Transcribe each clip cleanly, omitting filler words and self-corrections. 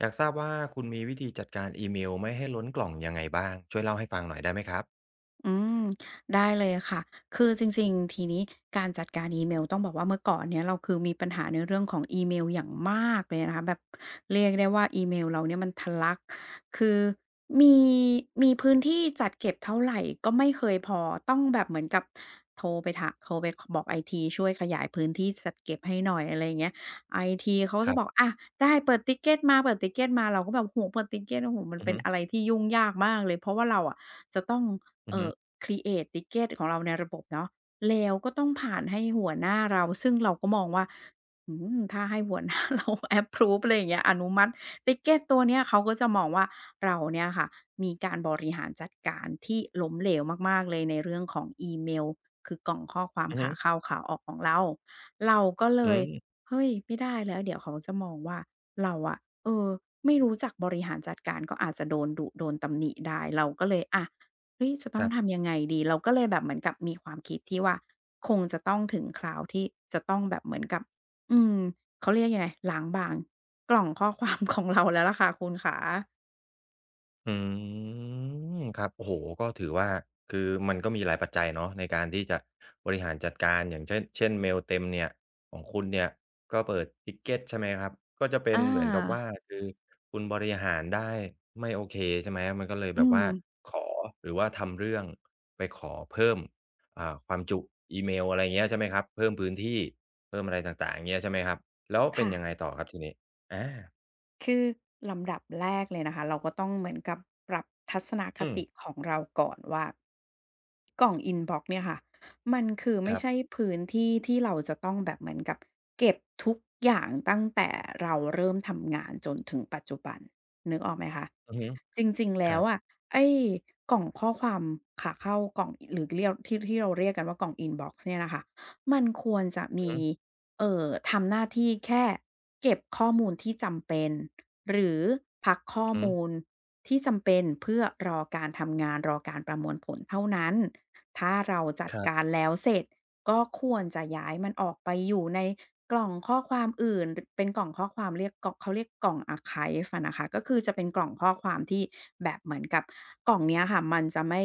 อยากทราบว่าคุณมีวิธีจัดการอีเมลไม่ให้ล้นกล่องยังไงบ้างช่วยเล่าให้ฟังหน่อยได้ไหมครับอืมได้เลยค่ะ คือจริงๆทีนี้การจัดการอีเมลต้องบอกว่าเมื่อก่อนเนี่ยเราคือมีปัญหาในเรื่องของอีเมลอย่างมากเลยนะคะแบบเรียกได้ว่าอีเมลเราเนี่ยมันทะลักคือมีมีพื้นที่จัดเก็บเท่าไหร่ก็ไม่เคยพอต้องแบบเหมือนกับโทรไปบอกไอทีช่วยขยายพื้นที่จัดเก็บให้หน่อยอะไรอย่างเงี้ยไอทีเขาก็คจะรับอกบอะได้เปิดติกเกตมาเราก็แบบโอ้โฮเปิดติกเกตโอ้โฮมันอือเป็นฮึอะไรที่ยุ่งยากมากเลยเพราะว่าเราอะจะต้อง อือเอ่ฮึอครีเอ t ติเกตของเราในระบบเนาะแล้วก็ต้องผ่านให้หัวหน้าเราซึ่งเราก็มองว่าถ้าให้หัวหน้าเรา แอปพรูฟอะไรอย่างเงี้ยอนุมัติติเกตตัวเนี้ยเขาก็จะมองว่าเราเนี่ยค่ะมีการบริหารจัดการที่ล้มเหลวมากๆเลยในเรื่องของอีเมลคือกล่องข้อความอือฮึขาเข้าขาออกของเราเราก็เลอืยมเฮ้ยไม่ได้แล้วเดี๋ยวเขาจะมองว่าเราอะเออไม่รู้จักบริหารจัดการก็อาจจะโดนดุโดนตำหนิได้เราก็เลยอะ เฮ้ยจะต้คองรับ ทำยังไงดี เราก็เลยแบบเหมือนกับมีความคิดที่ว่าคงจะต้องถึงคราวที่จะต้องแบบเหมือนกับอืมเขาเรียกยังไงล้างบางกล่องข้อความ ของเราแล้วล่ะค่ะคุณขาอืมครับโอ้โฮก็ถือว่าคือมันก็มีหลายปัจจัยเนาะในการที่จะบริหารจัดการอย่างเช่นเช่นเมลเต็มเนี่ยของคุณเนี่ยก็เปิด Ticket ใช่ไหมครับก็จะเป็นอาเหมือนกับว่าคือคุณบริหารได้ไม่โอเคใช่ไหมมันก็เลยแบอืบม ว่าขอหรือว่าทำเรื่องไปขอเพิ่มความจุอีเมลอะไรอย่างเงี้ยใช่ไหมครับเพิ่มพื้นที่เพิ่มอะไรต่างๆอย่างเงี้ยใช่ไหมครับแล้วเป็นค่ะ ยังไงต่อครับทีนี้อาคือลำดับแรกเลยนะคะเราก็ต้องเหมือนกับปรับทัศนคอืมติของเราก่อนว่ากล่องอินบ็อกซ์เนี่ยค่ะมันคือคไม่รับใช่พื้นที่ที่เราจะต้องแบบเหมือนกับเก็บทุกอย่างตั้งแต่เราเริ่มทำงานจนถึงปัจจุบันนึกออกไหมคะอือฮึจริงๆคแล้รัวบอะไอ้กล่องข้อความขาเข้ากล่องหรือเรียกที่เราเรียกกันว่ากล่องอินบ็อกซ์เนี่ยนะคะมันควรจะอือมี ฮึทำหน้าที่แค่เก็บข้อมูลที่จำเป็นหรือพักข้อืออฮึ มูลที่จำเป็นเพื่อรอการทำงานรอการประมวลผลเท่านั้นถ้าเราจัดครัการบแล้วเสร็จก็ควรจะย้ายมันออกไปอยู่ในกล่องข้อความอื่นรเป็นกล่องข้อความเขาเรียกกล่อง Archive อะนะคะก็คือจะเป็นกล่องข้อความที่แบบเหมือนกับกล่องเนี้ยค่ะมันจะไม่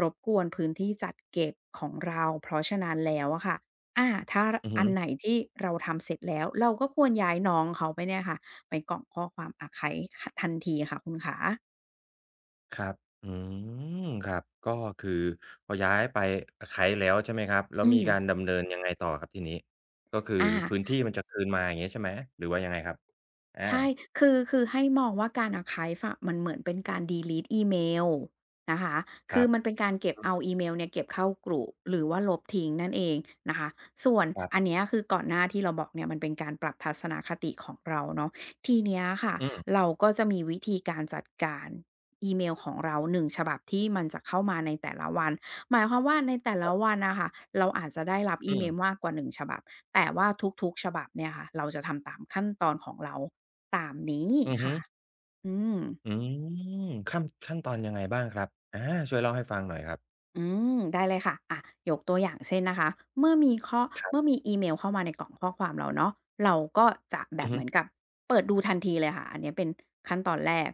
รบกวนพื้นที่จัดเก็บของเราเพราะฉะนั้นแล้วอะค่ะ ถ้าอืออัฮึนไหนที่เราทำเสร็จแล้วเราก็ควรย้ายน้องเขาไปเนี่ยค่ะไปกล่องข้อความอาร์ไขขทันทีค่ะคุณขาครับอืมครับ ก็คือพอย้ายไปอไยแล้วใช่ไหมครับแล้วอืมีมการดำเนินยังไงต่อครับทีนี้ก็คืออา พื้นที่มันจะคืนมาอย่างงี้ใช่ไหมหรือว่ายังไงครับอาใช่คือให้มองว่าการ archive อะมันเหมือนเป็นการ delete อีเมลนะคะคคืรัอบมันเป็นการเก็บอืเอามอีเมลเนี่ยเก็บเข้ากรุปหรือว่าลบทิ้งนั่นเองนะคะส่วนครัอันบเนี้ยคือก่อนหน้าที่เราบอกเนี่ยมันเป็นการปรับทัศนคติของเราเนาะทีเนี้ยค่ะอืมเราก็จะมีวิธีการจัดการอีเมลของเรา1ฉบับที่มันจะเข้ามาในแต่ละวัน หมายความว่าในแต่คละรับวันน่ะค่ะเราอาจจะได้รับอีอืเมมลมากกว่า1ฉบับแต่ว่าทุกๆฉบับเนี่ยค่ะเราจะทำตามขั้นตอนของเรา ตามนี้อือฮึค่ะอืม อืมขั้นตอนยังไงบ้างครับอาช่วยเล่าให้ฟังหน่อยครับอืได้เลยค่ะอะยกตัวอย่างเช่นนะคะเมื่อมีข้อครัเมื่อบมีอีเมลเข้ามาในกล่องข้อความเราเนาะเราก็จะแบอือบฮึเหมือนกับเปิดดูทันทีเลยค่ะอันเนี้ยเป็นขั้นตอนแรก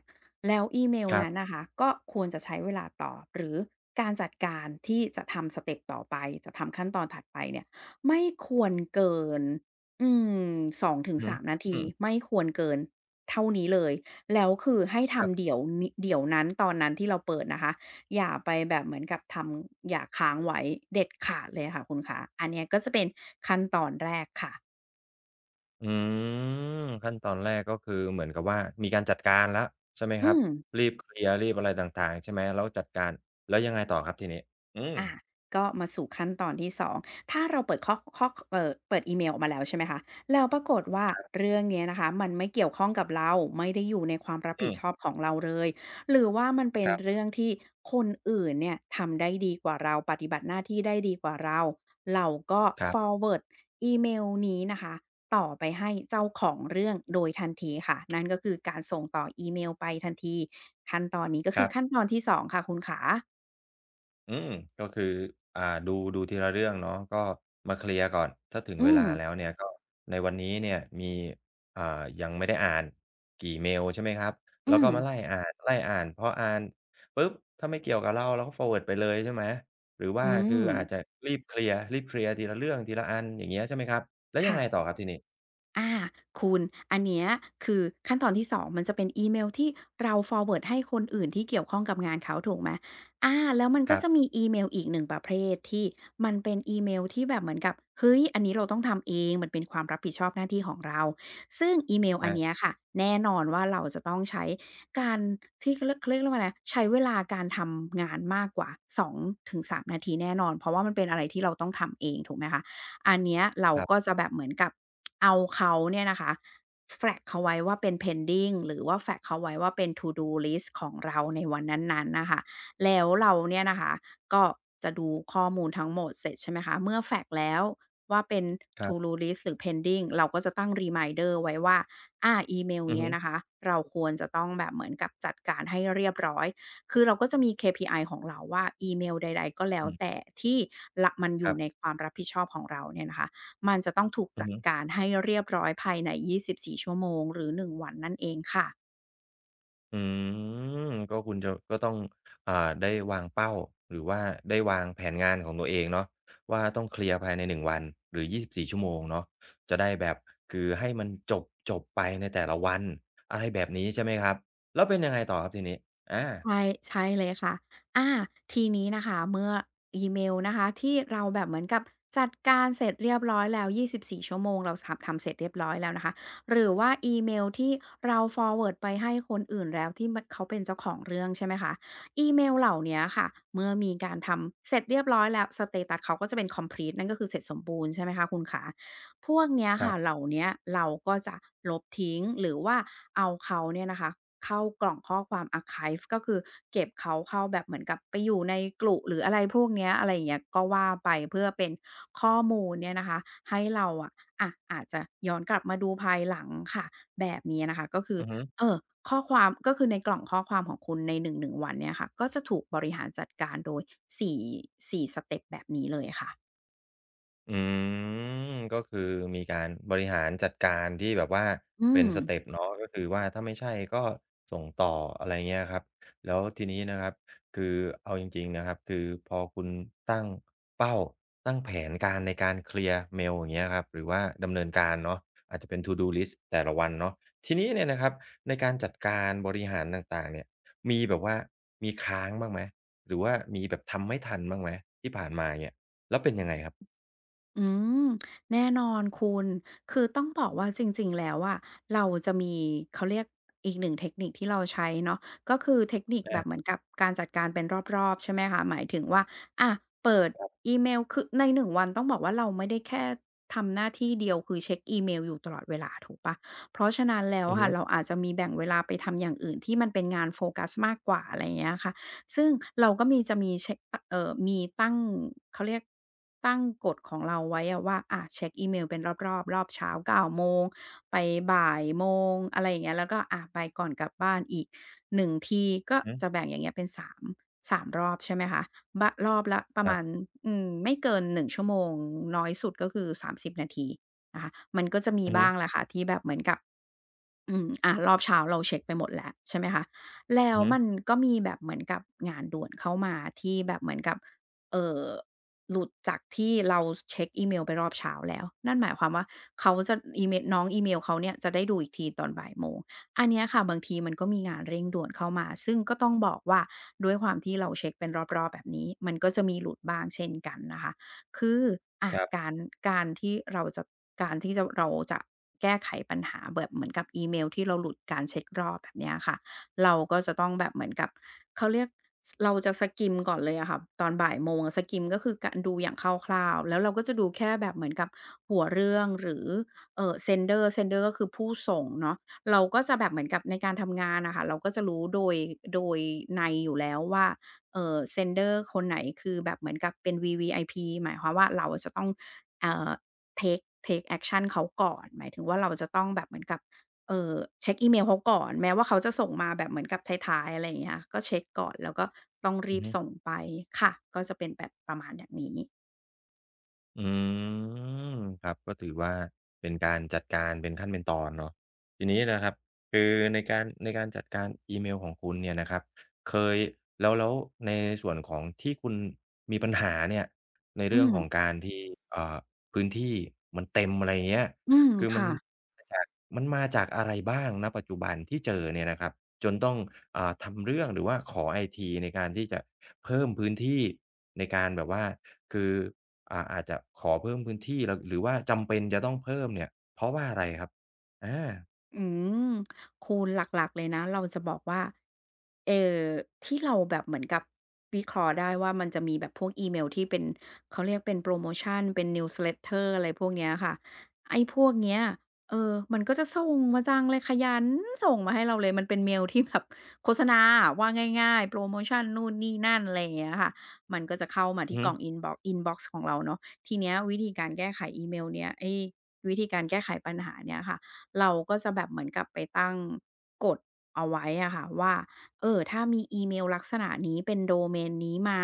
แล้วอีเมลครันั้นบนะคะก็ควรจะใช้เวลาตอบหรือการจัดการที่จะทำสเต็ปต่อไปจะทำขั้นตอนถัดไปเนี่ยไม่ควรเกินอืมสองถึอืงอฮึ3นาอืทีมไม่ควรเกินเท่านี้เลยแล้วคือให้ครัทำบ เดี๋ยวนั้นตอนนั้นที่เราเปิดนะคะ อย่าไปแบบเหมือนกับอย่าค้างไว้เด็ดขาดเลยค่ะคุณคะอันเนี้ยก็จะเป็นขั้นตอนแรกค่ะอืมขั้นตอนแรกก็คือเหมือนกับว่ามีการจัดการแล้วใช่ไหมคอืรับม รีบเคลียร์รีบอะไรต่างๆใช่ไหมแล้วจัดการแล้วยังไงต่อครับทีนี้อืมอะก็มาสู่ขั้นตอนที่2ถ้าเราเปิดข้อข้อเปิดอีเมลออกมาแล้วใช่ไหมคะแล้วปรากฏว่าเรื่องเนี้ยนะคะมันไม่เกี่ยวข้องกับเราไม่ได้อยู่ในความรับอืผิดชอมบของเราเลย หรือว่ามันเป็คนรับเรื่องที่คนอื่นเนี่ยทำได้ดีกว่าเราปฏิบัติหน้าที่ได้ดีกว่าเรา เราก็ ครับ forward อีเมลนี้นะคะต่อไปให้เจ้าของเรื่องโดยทันทีค่ะนั่นก็คือการส่งต่ออีเมลไปทันทีขั้นตอนนี้ก็คคืรัอขั้นบ ตอนที่สองค่ะคุณขาอืมก็คืออ่าดูทีละเรื่องเนาะก็มาเคลียร์ก่อนถ้าถึงอืเวมลาแล้วเนี่ยก็ในวันนี้เนี่ยมีอ่ายังไม่ได้อ่านกี่เมลใช่ไหมครับแล้อืวก็ม มาไล่อ่านไล่อ่านพออ่านปุ๊บถ้าไม่เกี่ยวกับเราเราก็ forward ไปเลยใช่ไหมหรือว่าอืคือมอาจจะรีบเคลียร์รีบเคลียร์ทีละเรื่องทีละอันอย่างเงี้ยใช่ไหมครับแล้วยังค่ะไงต่อครับทีนี้อาคุณอันเนี้ยคือขั้นตอนที่2มันจะเป็นอีเมลที่เรา forward ให้คนอื่นที่เกี่ยวข้องกับงานเขาถูกไหมแล้วมันคก็รัจะมีบอีเมลอีกหนึ่งประเภทที่มันเป็นอีเมลที่แบบเหมือนกับเฮ้ยอันนี้เราต้องทำเองมันเป็นความรับผิดชอบหน้าที่ของเราซึ่งอีเมลอันอาเนี้ยค่ะแน่นอนว่าเราจะต้องใช้การที่เขาเรียกว่าอะไรใช้เวลาการทำงานมากกว่าสองถึงสามนาทีแน่นอนเพราะว่ามันเป็นอะไรที่เราต้องทำเองถูกไหมคะ อันเนี้ยเราครัก็บจะแบบเหมือนกับเอาเขาเนี่ยนะคะแฟลกเขาไว้ว่าเป็น pending หรือว่าแฟลกเขาไว้ว่าเป็น to do list ของเราในวันนั้นๆนะคะแล้วเราเนี่ยนะคะก็จะดูข้อมูลทั้งหมดเสร็จใช่ไหมคะเมื่อแฟลกแล้วว่าเป็น ครั to do บ list หรือ pending เราก็จะตั้ง reminder ไว้ว่าอีเมลอือเนี้ยฮึนะคะเราควรจะต้องแบบเหมือนกับจัดการให้เรียบร้อย คือเราก็จะมี KPI ของเราว่าอีเมลใดๆก็แล้วอืมแต่ที่ละมันอคยู่รัในบความรับผิดชอบของเราเนี่ยนะคะมันจะต้องถูกอือจัดฮึ การให้เรียบร้อยภายใน 24 ชั่วโมงหรือ1วันนั่นเองค่ะ อืมก็คุณจะก็ต้องอ่าได้วางเป้าหรือว่าได้วางแผนงานของตัวเองเนาะว่าต้องเคลียร์ภายใน1วันหรือ24ชั่วโมงเนาะจะได้แบบคือให้มันจบจบไปในแต่ละวันอะไรแบบนี้ใช่ไหมครับแล้วเป็นยังไงต่อครับทีนี้อาใช่ใช่เลยค่ะอาทีนี้นะคะเมื่ออีเมลนะคะที่เราแบบเหมือนกับจัดการเสร็จเรียบร้อยแล้ว24ชั่วโมงเราทำเสร็จเรียบร้อยแล้วนะคะหรือว่าอีเมลที่เรา forward ไปให้คนอื่นแล้วที่มันเขาเป็นเจ้าของเรื่องใช่ไหมคะอีเมลเหล่าเนี้ยค่ะเมื่อมีการทำเสร็จเรียบร้อยแล้วสเตตัสเขาก็จะเป็น Complete นั่นก็คือเสร็จสมบูรณ์ใช่ไหมคะคุณขา พวกเนี้ยครัค่ะเหบล่าเนี้ยเราก็จะลบทิ้งหรือว่าเอาเขาเนี่ยนะคะเข้ากล่องข้อความ Archive ก็คือเก็บเขาเข้าแบบเหมือนกับไปอยู่ในกลุ่หรืออะไรพวกเนี้ยอะไรอย่างเงี้ยก็ว่าไปเพื่อเป็นข้อมูลเนี่ยนะคะให้เราอะอาจจะย้อนกลับมาดูภายหลังค่ะแบบนี้นะคะก็คืออือฮึ เอ่อข้อความก็คือในกล่องข้อความของคุณในหนึ่งวันเนี่ยค่ะก็จะถูกบริหารจัดการโดยสี่สสเต็ปแบบนี้เลยค่ะอืมก็คือมีการบริหารจัดการที่แบบว่าอืเป็นม สเต็ปมเนาะก็คือว่าถ้าไม่ใช่ก็ส่งต่ออะไรเงี้ยครับแล้วทีนี้นะครับคือเอาจริงๆนะครับคือพอคุณตั้งเป้าตั้งแผนการในการเคลียร์เมลอย่างเงี้ยครับหรือว่าดำเนินการเนาะอาจจะเป็น To do list แต่ละวันเนาะทีนี้เนี่ยนะครับในการจัดการบริหารต่างๆเนี่ยมีแบบว่ามีค้างบ้างไหมหรือว่ามีแบบทำไม่ทันบ้างไหมที่ผ่านมาเนี่ยแล้วเป็นยังไงครับ อืมแน่นอนคุณ คือต้องบอกว่าจริงๆ แล้วอะเราจะมีเขาเรียกอีกหนึ่งเทคนิคที่เราใช้เนาะก็คือเทคนิคแบบเหมือนกับการจัดการเป็นรอบๆใช่ไหมคะหมายถึงว่าอะเปิดอีเมลคือในหนึ่งวันต้องบอกว่าเราไม่ได้แค่ทำหน้าที่เดียวคือเช็กอีเมลอยู่ตลอดเวลาถูกเปล่าเพราะฉะนั้นแล้วอืออะฮึค่ะเราอาจจะมีแบ่งเวลาไปทำอย่างอื่นที่มันเป็นงานโฟกัสมากกว่าอะไรอย่างเงี้ยค่ะ ซึ่งเราก็จะมีเช็คมีตั้งเขาเรียกตั้งกฎของเราไว้อะว่าอะเช็กอีเมลเป็นรอบๆรอบเช้า9โมงไปบ่ายโมงอะไรอย่างเงี้ยแล้วก็อะไปก่อนกลับบ้านอีก1ทีก็อือจะฮึแบ่งอย่างเงี้ยเป็น สามรอบใช่ไหมคะบะรอบละประครัมาณบไม่เกิน1ชั่วโมงน้อยสุดก็คือ30นาทีนะคะมันก็จะมีอือฮึบ้างแหละค่ะที่แบบเหมือนกับ อ่ะรอบเช้าเราเช็กไปหมดแล้วใช่ไหมคะแล้อือวฮึมันก็มีแบบเหมือนกับงานด่วนเข้ามาที่แบบเหมือนกับเอ่อหลุดจากที่เราเช็กอีเมลไปรอบเช้าแล้วนั่นหมายความว่าเขาจะอีเมลน้องอีเมลเขาเนี่ยจะได้ดูอีกทีตอนบ่ายโมงอันเนี้ยค่ะบางทีมันก็มีงานเร่งด่วนเข้ามาซึ่งก็ต้องบอกว่าด้วยความที่เราเช็กเป็นรอบๆแบบนี้มันก็จะมีหลุดบ้างเช่นกันนะคะ คือครับการการที่เราจะการที่จะเราจะแก้ไขปัญหาแบบเหมือนกับอีเมลที่เราหลุดการเช็กรอบแบบเนี้ยค่ะเราก็จะต้องแบบเหมือนกับเขาเรียกเราจะ skim ก่อนเลยอะค่ะตอนบ่ายโมง skim ก็คือการดูอย่างคร่าวๆแล้วเราก็จะดูแค่แบบเหมือนกับหัวเรื่องหรือsender ก็คือผู้ส่งเนาะเราก็จะแบบเหมือนกับในการทำงานอะค่ะเราก็จะรู้โดยนัยอยู่แล้วว่า sender คนไหนคือแบบเหมือนกับเป็น VVIP หมายความว่าเราจะต้องเอ่อเทกแอกชันเขาก่อนหมายถึงว่าเราจะต้องแบบเหมือนกับเอ่อเช็กอีเมลเขาก่อนแม้ว่าเขาจะส่งมาแบบเหมือนกับท้ายๆอะไรอย่างเงี้ยก็เช็กก่อนแล้วก็ต้องรีอือบฮึ ส่งไปค่ะก็จะเป็นแบบประมาณอย่างนี้อืมครับก็ถือว่าเป็นการจัดการเป็นขั้นเป็นตอนเนาะทีนี้นะครับคือในการในการจัดการอีเมลของคุณเนี่ยนะครับเคยแล้วในส่วนของที่คุณมีปัญหาเนี่ยในอืเรื่องมของการที่เอ่อพื้นที่มันเต็มอะไรอย่างเงี้ยอืมคือมันค่ะ มาจากมาจากอะไรบ้างณปัจจุบันที่เจอเนี่ยนะครับจนต้องทำเรื่องหรือว่าขอไอทีในการที่จะเพิ่มพื้นที่ในการแบบว่าคือ อาจจะขอเพิ่มพื้นที่แล้วหรือว่าจำเป็นจะต้องเพิ่มเนี่ยเพราะว่าอะไรครับอาอืมคูณหลักๆเลยนะเราจะบอกว่าเอ่อที่เราแบบเหมือนกับวิเคราะห์ได้ว่ามันจะมีแบบพวกอีเมลที่เป็นเขาเรียกเป็นโพรโมชันเป็น Newsletter อะไรพวกเนี้ยค่ะไอ้พวกเนี้ยเออมันก็จะส่งมาจังเลยขยันส่งมาให้เราเลยมันเป็นเมลที่แบบโฆษณาอะว่าง่ายๆโพรโมชันนู่นนี่นั่นอะไรอย่างเงี้ยค่ะมันก็จะเข้ามาอือที่ฮึกล่องอินบ็อกซ์ของเราเนาะทีเนี้ยวิธีการแก้ไขอีเมลเนี้ยไอ้วิธีการแก้ไขปัญหาเนี้ยค่ะ เราก็จะแบบเหมือนกับไปตั้งกฎเอาไว้อะค่ะว่าเออถ้ามีอีเมลลักษณะนี้เป็นโดเมนนี้มา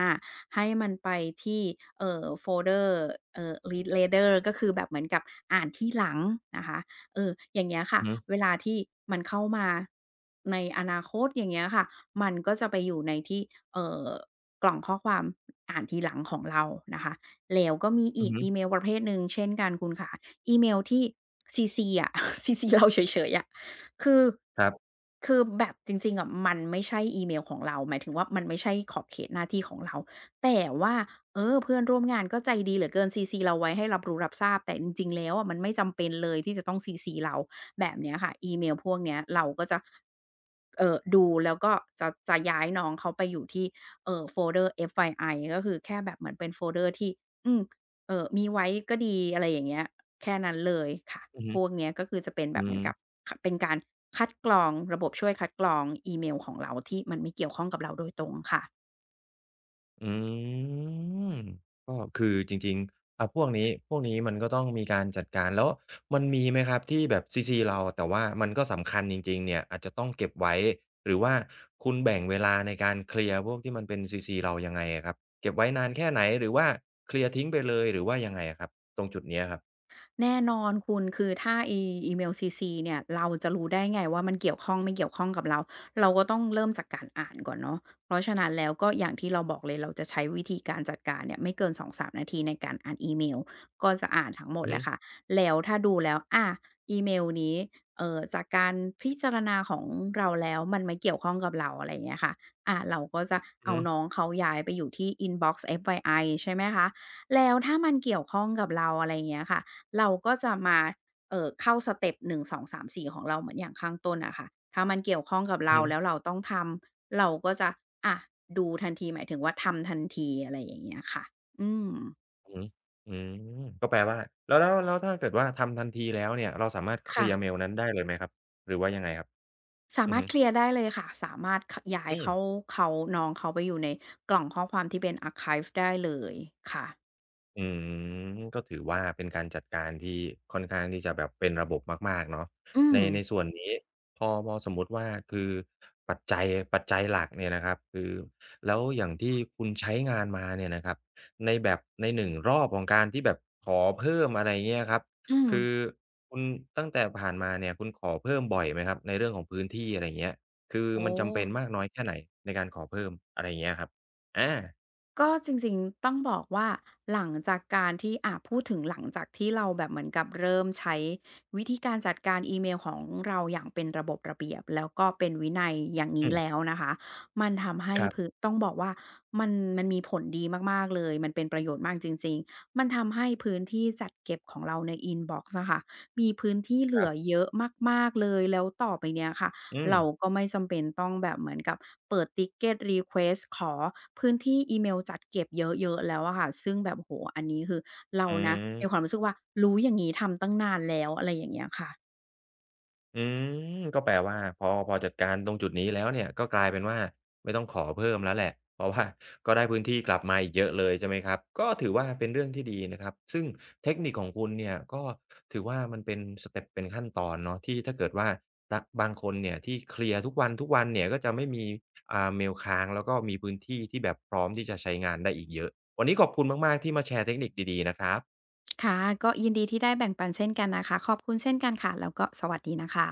ให้มันไปที่โฟลเดอร์read later ก็คือแบบเหมือนกับอ่านทีหลังนะคะเอออย่างเงี้ยค่ะอือฮึเวลาที่มันเข้ามาในอนาคตอย่างเงี้ยค่ะมันก็จะไปอยู่ในที่เอ่อกล่องข้อความอ่านทีหลังของเรานะคะแล้วก็มีอือีอกฮึอีเมลประเภทหนึ่งเช่นกันคุณขา อีเมลที่ซีซีอะ ซีซีเราเฉยๆอะคือครับคือแบบจริงๆอะมันไม่ใช่อีเมลของเราหมายถึงว่ามันไม่ใช่ขอบเขตหน้าที่ของเราแต่ว่าเออเพื่อนร่วมงานก็ใจดีเหลือเกินซีซีเราไว้ให้รับรู้รับทราบแต่จริงๆแล้วอะมันไม่จำเป็นเลยที่จะต้องซีซีเราแบบเนี้ยค่ะอีเมลพวกเนี้ยเราก็จะเออดูแล้วก็จะย้ายน้องเขาไปอยู่ที่โฟลเดอร์ FYI ก็คือแค่แบบเหมือนเป็นโฟลเดอร์ที่อืมเออมีไว้ก็ดีอะไรอย่างเงี้ย แค่นั้นเลยค่ะ อือพฮึวกเนี้ยก็คือจะเป็นแบอืบเหมือมนกับขเป็นการคัดกรองระบบช่วยคัดกรองอีเมลของเราที่มันไม่เกี่ยวข้องกับเราโดยตรงค่ะ อืมก็คือจริงๆพวกนี้พวกนี้มันก็ต้องมีการจัดการแล้วมันมีไหมครับที่แบบซีซีเราแต่ว่ามันก็สำคัญจริงๆเนี่ยอาจจะต้องเก็บไว้หรือว่าคุณแบ่งเวลาในการเคลียร์พวกที่มันเป็นซีซีเรายังไงอะครับเก็บไว้นานแค่ไหนหรือว่าเคลียร์ทิ้งไปเลยหรือว่ายังไงอะครับตรงจุดเนี้ยครับแน่นอนคุณคือถ้าอีเมล CC เนี่ยเราจะรู้ได้ไงว่ามันเกี่ยวข้องไม่เกี่ยวข้องกับเราเราก็ต้องเริ่มจากการอ่านก่อนเนาะเพราะฉะนั้นแล้วก็อย่างที่เราบอกเลยเราจะใช้วิธีการจัดการเนี่ยไม่เกิน2-3นาทีในการอ่านอีเมลก็จะอ่านทั้งหมดอือแหฮึละค่ะแล้วถ้าดูแล้วอาอีเมลนี้จากการพิจารณาของเราแล้วมันไม่เกี่ยวข้องกับเราอะไรอย่างเงี้ยค่ะอาเราก็จะอือเอาฮึน้องเขาย้ายไปอยู่ที่ Inbox FYI ใช่ไหมคะแล้วถ้ามันเกี่ยวข้องกับเราอะไรอย่างเงี้ยค่ะ เราก็จะมาเข้าสเต็ป1 2 3 4ของเราเหมือนอย่างข้างต้นอะค่ะถ้ามันเกี่ยวข้องกับอือเราฮึ แล้วเราต้องทำ เราก็จะอะดูทันทีหมายถึงว่าทำทันทีอะไรอย่างเงี้ยค่ะอืมอืมอืมก็แปลว่าแล้วถ้าเกิดว่าทำทันทีแล้วเนี่ยเราสามารถเคลีค่ะ ยร์เมลนั้นได้เลยไหมครับหรือว่ายังไงครับสาอือมารฮึถเคลียร์ได้เลยค่ะ สามารถขย้ายอืม เขาน้องเขาไปอยู่ในกล่องข้อความที่เป็นอาร์ไคฟ์ได้เลยค่ะ อืมก็ถือว่าเป็นการจัดการที่ค่อนข้างที่จะแบบเป็นระบบมากๆเนาะอืในม ในส่วนนี้พอสมมุติว่าคือปัจจัยปัจจัยหลักเนี่ยนะครับคือแล้วอย่างที่คุณใช้งานมาเนี่ยนะครับในแบบในหนึ่งรอบของการที่แบบขอเพิ่มอะไรเงี้ยครับอืม คือคุณตั้งแต่ผ่านมาเนี่ยคุณขอเพิ่มบ่อยไหมครับในเรื่องของพื้นที่อะไรเงี้ยคือโอ้ มันจำเป็นมากน้อยแค่ไหนในการขอเพิ่มอะไรเงี้ยครับอาก็จริงๆต้องบอกว่าหลังจากการที่อ่าพูดถึงหลังจากที่เราแบบเหมือนกับเริ่มใช้วิธีการจัดการอีเมลของเราอย่างเป็นระบบระเบียบแล้วก็เป็นวินัยอย่างอืนี้แล้วมนะคะมันทำให้ครพึต้องบอกว่ามันมันมีผลดีมากๆเลยมันเป็นประโยชน์มากจริงๆมันทำให้พื้นที่จัดเก็บของเราในอินบ็อกซ์อะค่ะมีพื้นที่เหลืับอๆเยอะมากๆเลยแล้วต่อไปเนี้ยค่ะ อืมเราก็ไม่จำเป็นต้องแบบเหมือนกับเปิด Ticket Request ขอพื้นที่อีเมลจัดเก็บเยอะๆแล้วอะค่ะซึ่งแบบโอ้โฮอันนี้คือเราอืนะมีความ มรู้สึกว่ารู้อย่างงี้ทำตั้งนานแล้วอะไรอย่างเงี้ยค่ะอืมก็แปลว่าพอจัดการตรงจุดนี้แล้วเนี่ยก็กลายเป็นว่าไม่ต้องขอเพิ่มแล้วแหละเพราะว่า ก็ได้พื้นที่กลับมาอีกเยอะเลยใช่ไหมครับก็ถือว่าเป็นเรื่องที่ดีนะครับซึ่งเทคนิคของคุณเนี่ยก็ถือว่ามันเป็นสเต็ปเป็นขั้นตอนเนาะที่ถ้าเกิดว่าตะบางคนเนี่ยที่เคลียร์ทุกวันทุกวันเนี่ยก็จะไม่มีเมลค้างแล้วก็มีพื้นที่ที่แบบพร้อมที่จะใช้งานได้อีกเยอะวันนี้ขอบคุณมากๆที่มาแชร์เทคนิคดีๆนะครับค่ะก็ยินดีที่ได้แบ่งปันเช่นกันนะคะขอบคุณเช่นกันค่ะแล้วก็สวัสดีนะคะ